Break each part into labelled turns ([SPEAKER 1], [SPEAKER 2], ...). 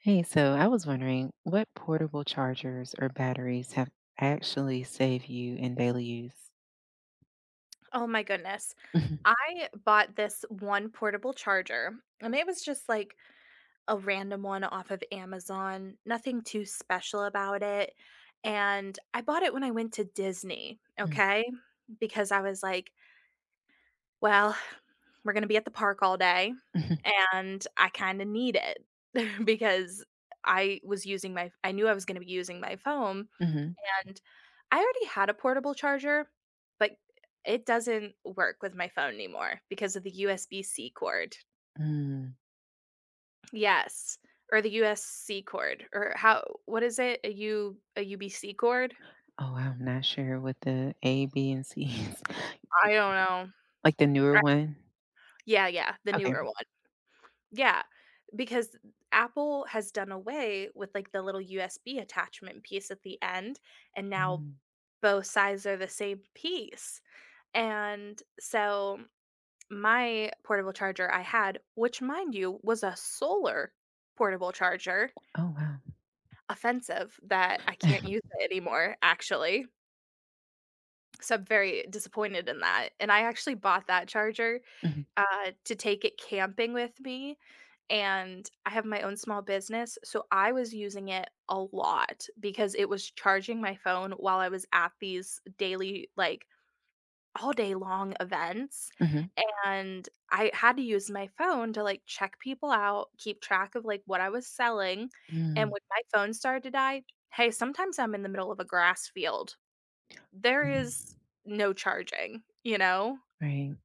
[SPEAKER 1] Hey, so I was wondering what portable chargers or batteries have actually saved you in daily use?
[SPEAKER 2] Oh my goodness.
[SPEAKER 1] Mhm.
[SPEAKER 2] I bought this one portable charger and it was just like a random one off of Amazon, nothing too special about it. And I bought it when I went to Disney,
[SPEAKER 1] Mm.
[SPEAKER 2] okay? Because I was like, well, we're going to be at the park all day
[SPEAKER 1] Mhm.
[SPEAKER 2] and I kind of need it because I knew I was going to be using my phone
[SPEAKER 1] Mhm.
[SPEAKER 2] and I already had a portable charger, but it doesn't work with my phone anymore because of the USB-C cord.
[SPEAKER 1] Mm.
[SPEAKER 2] Yes, or the USC cord, or how what is it? A UBC cord?
[SPEAKER 1] Oh, wow, I'm not sure what the A, B, and C is.
[SPEAKER 2] I don't know.
[SPEAKER 1] Like the newer
[SPEAKER 2] I
[SPEAKER 1] one?
[SPEAKER 2] Yeah, yeah, the newer
[SPEAKER 1] Okay.
[SPEAKER 2] one. Yeah, because Apple has done away with, like, the little USB attachment piece at the end, and now
[SPEAKER 1] Mm.
[SPEAKER 2] both sides are the same piece. And so my portable charger I had, which mind you was a solar portable charger,
[SPEAKER 1] Oh, wow.
[SPEAKER 2] offensive that I can't use it anymore actually. So I'm very disappointed in that. And I actually bought that charger
[SPEAKER 1] Mhm.
[SPEAKER 2] to take it camping with me. And I have my own small business. So I was using it a lot because it was charging my phone while I was at these daily, like, all day long events,
[SPEAKER 1] Mhm.
[SPEAKER 2] and I had to use my phone to, like, check people out, keep track of, like, what I was selling, and
[SPEAKER 1] Mm.
[SPEAKER 2] when my phone started to die, hey, sometimes I'm in the middle of a grass field. There
[SPEAKER 1] Mm.
[SPEAKER 2] is no charging, you know?
[SPEAKER 1] Right.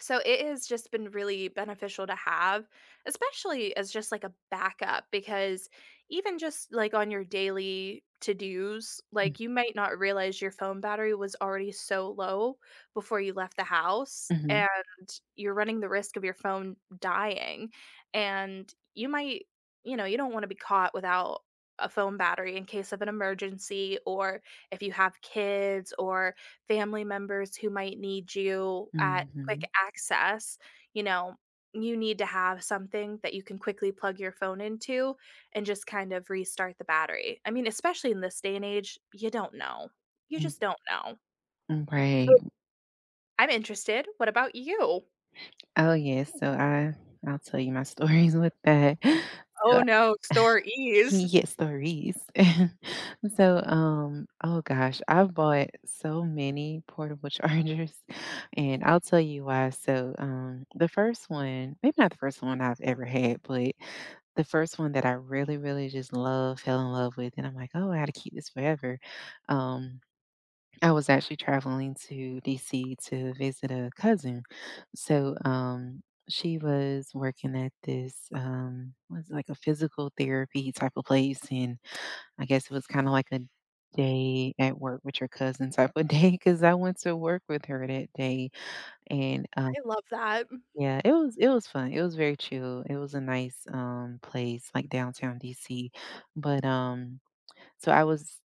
[SPEAKER 2] So it has just been really beneficial to have, especially as just like a backup, because even just like on your daily to dos,
[SPEAKER 1] Mm.
[SPEAKER 2] like, you might not realize your phone battery was already so low before you left the house,
[SPEAKER 1] Mhm.
[SPEAKER 2] and you're running the risk of your phone dying. And you might, you know, you don't want to be caught without a phone battery in case of an emergency, or if you have kids or family members who might need you at quick
[SPEAKER 1] Mhm.
[SPEAKER 2] access, you know, you need to have something that you can quickly plug your phone into and just kind of restart the battery. I mean, especially in this day and age, you don't know. You
[SPEAKER 1] Mm.
[SPEAKER 2] just don't know.
[SPEAKER 1] Mm. Right.
[SPEAKER 2] Oh, I'm interested. What about you?
[SPEAKER 1] Oh, yes. So I'll tell you my stories with that. So
[SPEAKER 2] Oh no, store ease.
[SPEAKER 1] yes, stories. So, oh gosh, I've bought so many portable chargers, and I'll tell you why. So, the first one, maybe not the first one I've ever had, but the first one that I really, really just love, fell in love with, and I'm like, oh, I gotta keep this forever. Um, I was actually traveling to DC to visit a cousin. So, she was working at this was like a physical therapy type of place, and I guess it was kinda like a day at work with your cousin type of day, cause I went to work with her that day, and
[SPEAKER 2] I love that.
[SPEAKER 1] yeah, it was fun, it was very chill, it was a nice, place, like, downtown DC, but so I was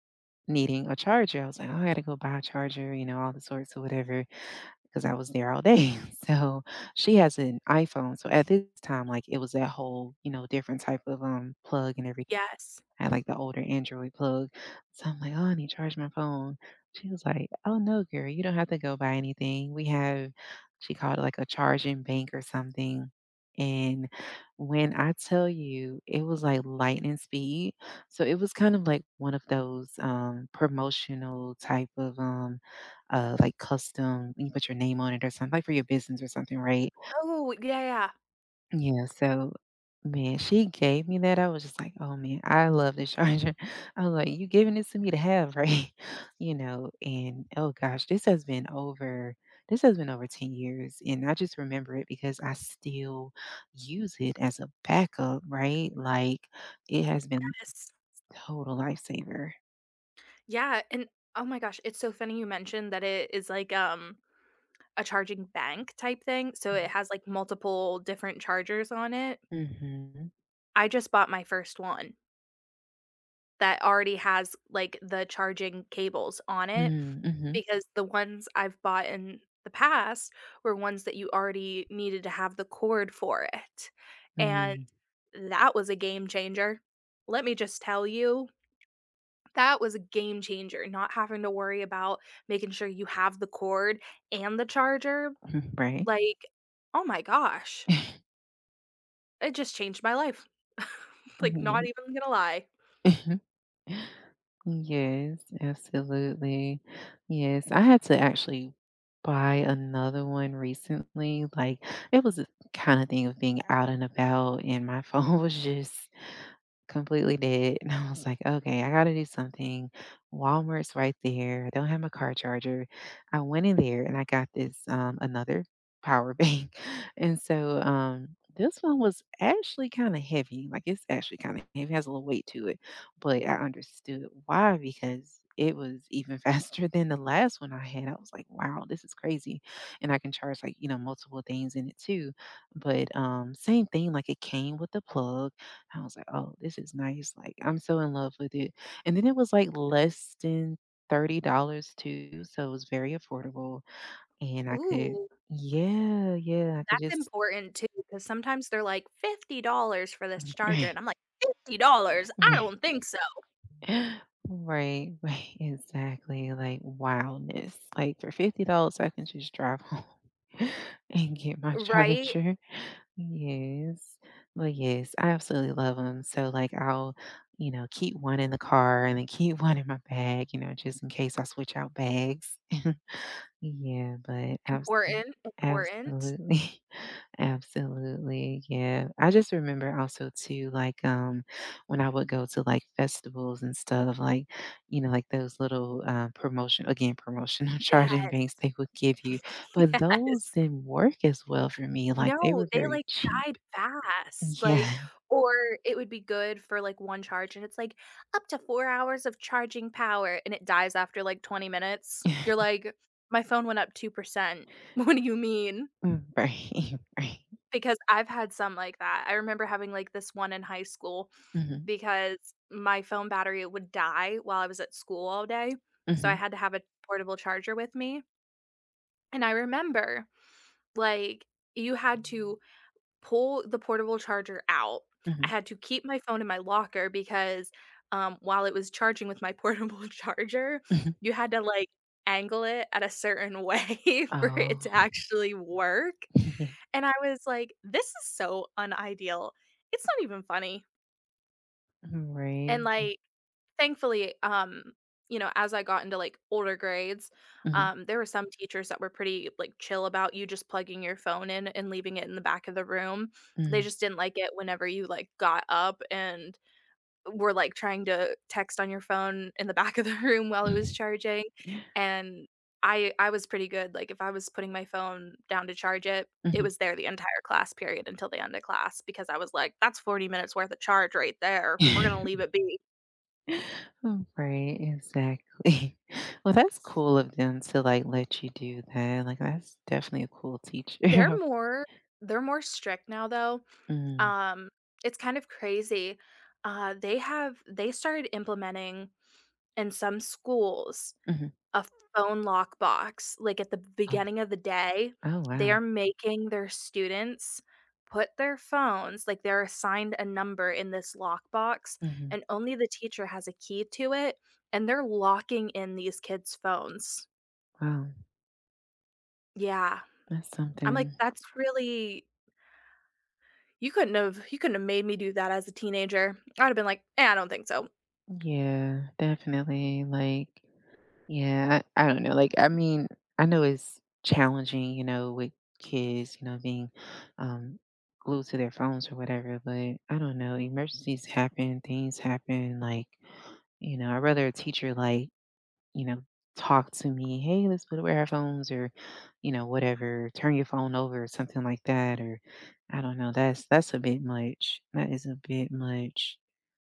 [SPEAKER 1] needing a charger, I was like, "Oh, I gotta go buy a charger," you know, all the sorts or cause I was there all day, so she has an iPhone, so at this time, like, it was that whole, you know, different type of, plug and everything.
[SPEAKER 2] Yes.
[SPEAKER 1] I had like the older Android plug. So I'm like, oh, I need to charge my phone. She was like, oh, no, girl, you don't have to go buy anything. We have, she called it like a charging bank or something. And when I tell you, it was like lightning speed. So it was kind of like one of those promotional type of like custom, you put your name on it or something, like for your business or something, right?
[SPEAKER 2] Oh, yeah, yeah.
[SPEAKER 1] Yeah, so, man, she gave me that, I was just like, "Oh, man, I love this charger." I was like, "You giving this to me to have, right?" You know, and, oh gosh, this has been over 10 years, and I just remember it because I still use it as a backup, right? Like, it has been
[SPEAKER 2] Yes.
[SPEAKER 1] total lifesaver.
[SPEAKER 2] Yeah, and oh my gosh, it's so funny you mentioned that it is like a charging bank type thing, so it has, like, multiple different chargers on it.
[SPEAKER 1] Mhm.
[SPEAKER 2] I just bought my first one that already has, like, the charging cables on it
[SPEAKER 1] Mm. Mhm.
[SPEAKER 2] because the ones I've bought in the past were ones that you already needed to have the cord for it, and
[SPEAKER 1] Mm.
[SPEAKER 2] that was a game changer. Let me just tell you, that was a game changer, not having to worry about making sure you have the cord and the charger,
[SPEAKER 1] Mhm. Right.
[SPEAKER 2] like, oh my gosh. It just changed my life. Like, not
[SPEAKER 1] Yeah.
[SPEAKER 2] even gonna lie.
[SPEAKER 1] Yes, absolutely. Yes, I had to actually buy another one recently. Like, it was a kind of thing of being out and about, and my phone was just completely dead, and I was like, "Okay, I gotta do something." Walmart's right there, I don't have my car charger. I went in there and I got this, another power bank, and so, this one was actually kinda heavy, like, it's actually kinda heavy, has a little weight to it, but I understood why because it was even faster than the last one I had. I was like, "Wow, this is crazy," and I can charge, like, you know, multiple things in it too, but same thing, like, it came with the plug, I was like, "Oh, this is nice, like, I'm so in love with it." And then it was, like, less than $30 too, so it was very affordable, and I could
[SPEAKER 2] Ooh,
[SPEAKER 1] yeah, yeah, I could
[SPEAKER 2] that's
[SPEAKER 1] just
[SPEAKER 2] important too, because sometimes they're like, $50 for this charger, and I'm like, $50? I
[SPEAKER 1] right,
[SPEAKER 2] don't think so.
[SPEAKER 1] right. Right, right, exactly, like, wildness, like, for $50, I can just drive home and get my
[SPEAKER 2] Right?
[SPEAKER 1] charger. Yes. Well, yes, I absolutely love them. So, like, I'll, you know, keep one in the car and then keep one in my bag, you know, just in case I switch out bags. Yeah, but
[SPEAKER 2] Important, important.
[SPEAKER 1] absolutely, absolutely, yeah. I just remember also too, like, when I would go to, like, festivals and stuff, like, you know, like, those little, promotional charging
[SPEAKER 2] Yes,
[SPEAKER 1] banks they would give you, but those
[SPEAKER 2] yes.
[SPEAKER 1] didn't work as well for me, like, they
[SPEAKER 2] No,
[SPEAKER 1] were
[SPEAKER 2] they,
[SPEAKER 1] very
[SPEAKER 2] like,
[SPEAKER 1] cheap.
[SPEAKER 2] died fast,
[SPEAKER 1] Yeah.
[SPEAKER 2] like, or it would be good for, like, 1 charge, and it's like, "Up to 4 hours of charging power," and it dies after, like, 20 minutes. You're like, "My phone went up 2%." What do you mean?
[SPEAKER 1] Mm. Right. Right.
[SPEAKER 2] Because I've had some like that. I remember having, like, this one in high school
[SPEAKER 1] Mhm.
[SPEAKER 2] because my phone battery would die while I was at school all day, so I
[SPEAKER 1] Mhm.
[SPEAKER 2] had to have a portable charger with me, and I remember, like, you had to pull the portable charger out. I
[SPEAKER 1] Mhm.
[SPEAKER 2] had to keep my phone in my locker because, while it was charging with my portable charger,
[SPEAKER 1] Mhm.
[SPEAKER 2] you had to, like, angle it at a certain way for
[SPEAKER 1] Oh.
[SPEAKER 2] it to actually work.
[SPEAKER 1] Yeah.
[SPEAKER 2] And I was like, "This is so unideal. It's not even funny."
[SPEAKER 1] Right.
[SPEAKER 2] And, like, thankfully, you know, as I got into, like, older grades,
[SPEAKER 1] Mhm.
[SPEAKER 2] there were some teachers that were pretty, like, chill about you just plugging your phone in and leaving it in the back of the room. They
[SPEAKER 1] Mm.
[SPEAKER 2] just didn't like it whenever you, like, got up and were, like, trying to text on your phone in the back of the room while it was
[SPEAKER 1] Mhm.
[SPEAKER 2] charging, and I was pretty good, like, if I was putting my phone down to charge it, it
[SPEAKER 1] Mhm.
[SPEAKER 2] was there the entire class period until the end of class because I was like, "That's 40 minutes worth of charge right there. We're gonna leave it be."
[SPEAKER 1] Oh. Right, exactly. Well, that's cool of them to like let you do that. Like that's definitely a cool teacher.
[SPEAKER 2] They're more they're more strict now, though.
[SPEAKER 1] Mm.
[SPEAKER 2] Um, it's kind of crazy. They started implementing in some schools
[SPEAKER 1] Mhm.
[SPEAKER 2] a phone lock box, like, at the
[SPEAKER 1] Um,
[SPEAKER 2] beginning of the day.
[SPEAKER 1] oh,
[SPEAKER 2] They
[SPEAKER 1] wow.
[SPEAKER 2] are making their students put their phones, like, they're assigned a number in this lock box,
[SPEAKER 1] Mhm.
[SPEAKER 2] and only the teacher has a key to it, and they're locking in these kids' phones.
[SPEAKER 1] Wow.
[SPEAKER 2] Yeah.
[SPEAKER 1] That's
[SPEAKER 2] I'm like,
[SPEAKER 1] something.
[SPEAKER 2] "That's really you couldn't have made me do that as a teenager." I'd have been like, "Eh, I don't think so."
[SPEAKER 1] Yeah, definitely. Like yeah, I don't know. Like, I mean, I know it's challenging, you know, with kids, you know, being um, glued to their phones or whatever, but I don't know. Emergencies happen, things happen. Like, you know, I'd rather a teacher, like, you know, talk to me, hey, let's put away our phones or, you know, whatever, turn your phone over or something like that. Or, I don't know. That's a bit much. That is a bit much.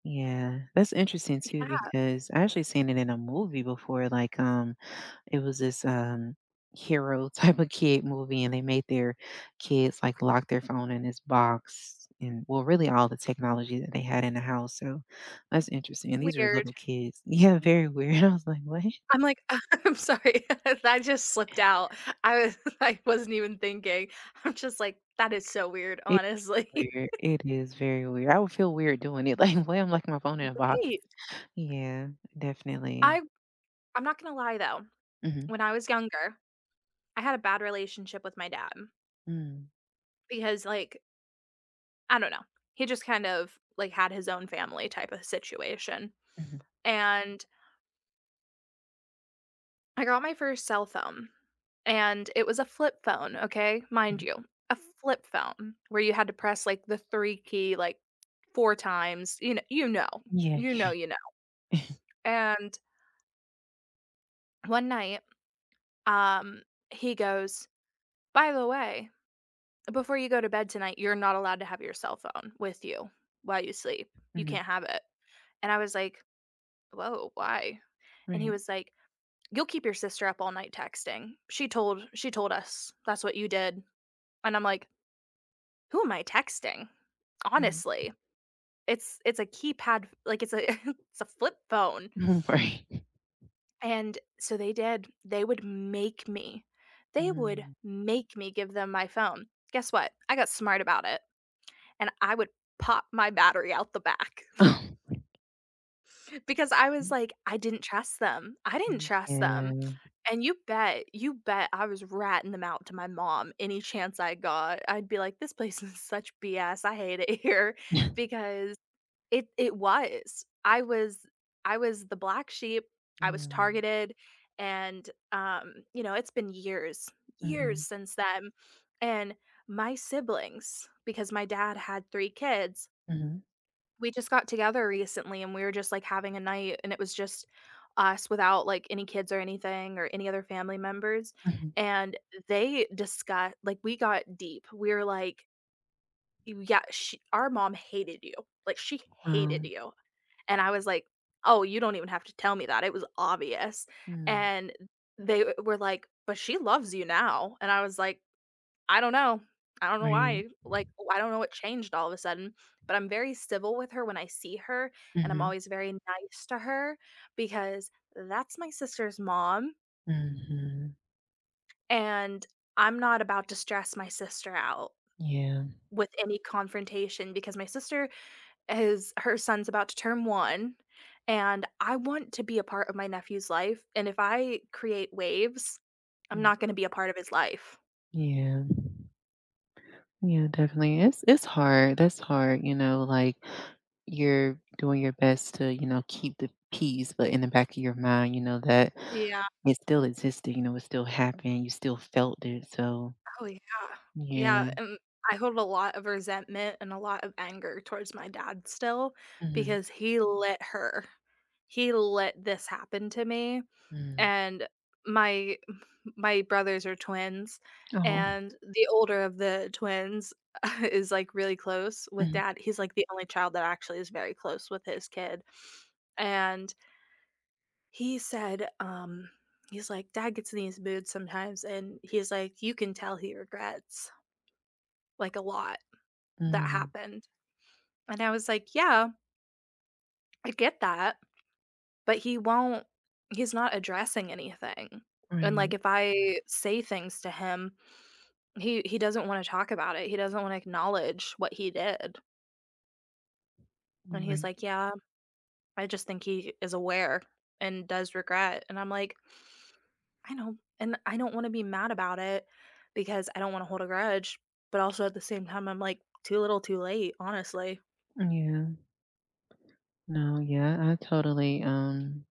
[SPEAKER 1] Yeah, that's interesting too
[SPEAKER 2] Yeah,
[SPEAKER 1] because I actually seen it in a movie before. Like, it was this, hero type of kid movie, and they made their kids, like, lock their phone in this box and well, really all the technology that they had in the house, so that's interesting, and these were
[SPEAKER 2] weird.
[SPEAKER 1] little kids. Yeah, very weird. I was like, "What?"
[SPEAKER 2] I'm like, "I'm sorry, that just slipped out." I was I wasn't even thinking. I'm just like, "That is so weird,
[SPEAKER 1] It's
[SPEAKER 2] honestly."
[SPEAKER 1] weird. It is very weird. I would feel weird doing it, like, "Why I'm locking my phone in a box?"
[SPEAKER 2] Right.
[SPEAKER 1] Yeah, definitely.
[SPEAKER 2] I I'm not gonna lie though,
[SPEAKER 1] Mhm.
[SPEAKER 2] when I was younger, I had a bad relationship with my dad
[SPEAKER 1] Mm.
[SPEAKER 2] because, like, I don't know, he just kind of, like, had his own family type of situation,
[SPEAKER 1] Mhm.
[SPEAKER 2] and I got my first cell phone, and it was a flip phone, okay? Mind
[SPEAKER 1] Mhm.
[SPEAKER 2] you, a flip phone where you had to press, like, the 3 key, like, 4 times, you know, you know.
[SPEAKER 1] Yeah,
[SPEAKER 2] You know,
[SPEAKER 1] yeah.
[SPEAKER 2] you know. And one night, um, he goes, "By the way, before you go to bed tonight, you're not allowed to have your cell phone with you while you sleep. You
[SPEAKER 1] Mhm.
[SPEAKER 2] can't have it." And I was like, "Whoa, why?" And he
[SPEAKER 1] Right,
[SPEAKER 2] was like, "You'll keep your sister up all night texting. She told us that's what you did." And I'm like, who am I texting?
[SPEAKER 1] right.
[SPEAKER 2] Honestly, it's a keypad, like, it's a it's a flip phone,
[SPEAKER 1] Right.
[SPEAKER 2] and so they did. They would
[SPEAKER 1] Mm.
[SPEAKER 2] make me give them my phone. Guess what? I got smart about it, and I would pop my battery out the back because I was like, "I didn't trust them. I didn't trust them." And you bet I was ratting them out to my mom any chance I got. I'd be like, "This place is such BS. I hate it here,"
[SPEAKER 1] Yeah.
[SPEAKER 2] because it was. I was the black sheep, I was
[SPEAKER 1] Mm.
[SPEAKER 2] targeted, and, you know, it's been years, years
[SPEAKER 1] Mhm.
[SPEAKER 2] since then, and my siblings, because my dad had 3 kids,
[SPEAKER 1] Mhm.
[SPEAKER 2] we just got together recently, and we were just, like, having a night, and it was just us without, like, any kids or anything or any other family members,
[SPEAKER 1] Mhm.
[SPEAKER 2] and they discussed, like, we got deep. We were like, Yeah, she our mom hated you. Like, she hated
[SPEAKER 1] Wow.
[SPEAKER 2] you." And I was like, "Oh, you don't even have to tell me that, it was obvious."
[SPEAKER 1] Mm.
[SPEAKER 2] And they w were like, "But she loves you now." And I was like, "I don't know. I don't know
[SPEAKER 1] Right.
[SPEAKER 2] why, like, I don't know what changed all of a sudden." But I'm very civil with her when I see her, and I'm
[SPEAKER 1] Mhm.
[SPEAKER 2] always very nice to her because that's my sister's mom,
[SPEAKER 1] Mhm.
[SPEAKER 2] and I'm not about to stress my sister out
[SPEAKER 1] Yeah.
[SPEAKER 2] with any confrontation because my sister his her son's about to turn 1, and I want to be a part of my nephew's life, and if I create waves, I'm
[SPEAKER 1] Mm.
[SPEAKER 2] not gonna be a part of his life.
[SPEAKER 1] Yeah. Yeah, definitely. It's hard. That's hard, you know, like, you're doing your best to, you know, keep the peace, but in the back of your mind, you know, that
[SPEAKER 2] Yeah.
[SPEAKER 1] it still existed, you know, it still happened, you still felt it, so
[SPEAKER 2] Oh, yeah.
[SPEAKER 1] yeah.
[SPEAKER 2] Yeah, and I hold a lot of resentment and a lot of anger towards my dad still
[SPEAKER 1] Mhm.
[SPEAKER 2] because he let this happen to me,
[SPEAKER 1] Mm.
[SPEAKER 2] and my my brothers are twins,
[SPEAKER 1] Oh.
[SPEAKER 2] and the older of the twins is, like, really close with
[SPEAKER 1] Mhm.
[SPEAKER 2] dad. He's, like, the only child that actually is very close with his kid, and he said, he's like, "Dad gets in these moods sometimes," and he's like, "You can tell he regrets, like, a lot that
[SPEAKER 1] Mm.
[SPEAKER 2] happened." And I was like, "Yeah, I get that," but he's not addressing anything, and, like,
[SPEAKER 1] Right,
[SPEAKER 2] if I say things to him, he doesn't wanna talk about it, he doesn't wanna acknowledge what he did, and he's
[SPEAKER 1] right.
[SPEAKER 2] like, "Yeah, I just think he is aware and does regret," and I'm like, "I know, and I don't wanna be mad about it because I don't wanna hold a grudge," but also at the same time, I'm like, "Too little, too late," honestly.
[SPEAKER 1] Yeah. No, yeah, I totally,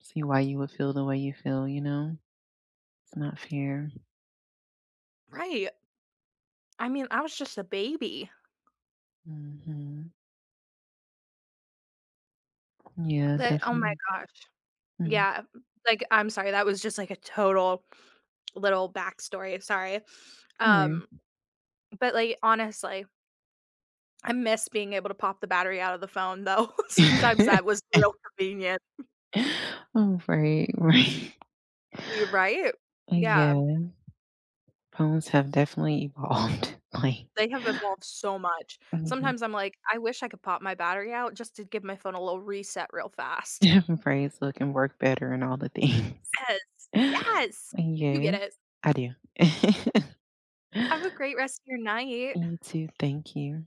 [SPEAKER 1] see why you would feel the way you feel, you know? It's not fair.
[SPEAKER 2] Right, I mean, I was just a baby,
[SPEAKER 1] Mhm. Yeah,
[SPEAKER 2] but oh my
[SPEAKER 1] definitely.
[SPEAKER 2] gosh.
[SPEAKER 1] Mhm.
[SPEAKER 2] Yeah, like, I'm sorry, that was just, like, a total little backstory, sorry,
[SPEAKER 1] Don't worry.
[SPEAKER 2] um, but, like, honestly I miss being able to pop the battery out of the phone though. Sometimes that was real convenient.
[SPEAKER 1] Oh, right, right.
[SPEAKER 2] You're right.
[SPEAKER 1] But
[SPEAKER 2] Yeah,
[SPEAKER 1] yeah, phones have definitely evolved. Like,
[SPEAKER 2] they have
[SPEAKER 1] yes.
[SPEAKER 2] evolved so much. Sometimes I'm like, "I wish I could pop my battery out just to give my phone a little reset real fast."
[SPEAKER 1] Different phrase look and work better and all the things.
[SPEAKER 2] Yes, yes. You get
[SPEAKER 1] Yes,
[SPEAKER 2] it.
[SPEAKER 1] I do.
[SPEAKER 2] Have a great rest of your night.
[SPEAKER 1] You too. Thank you.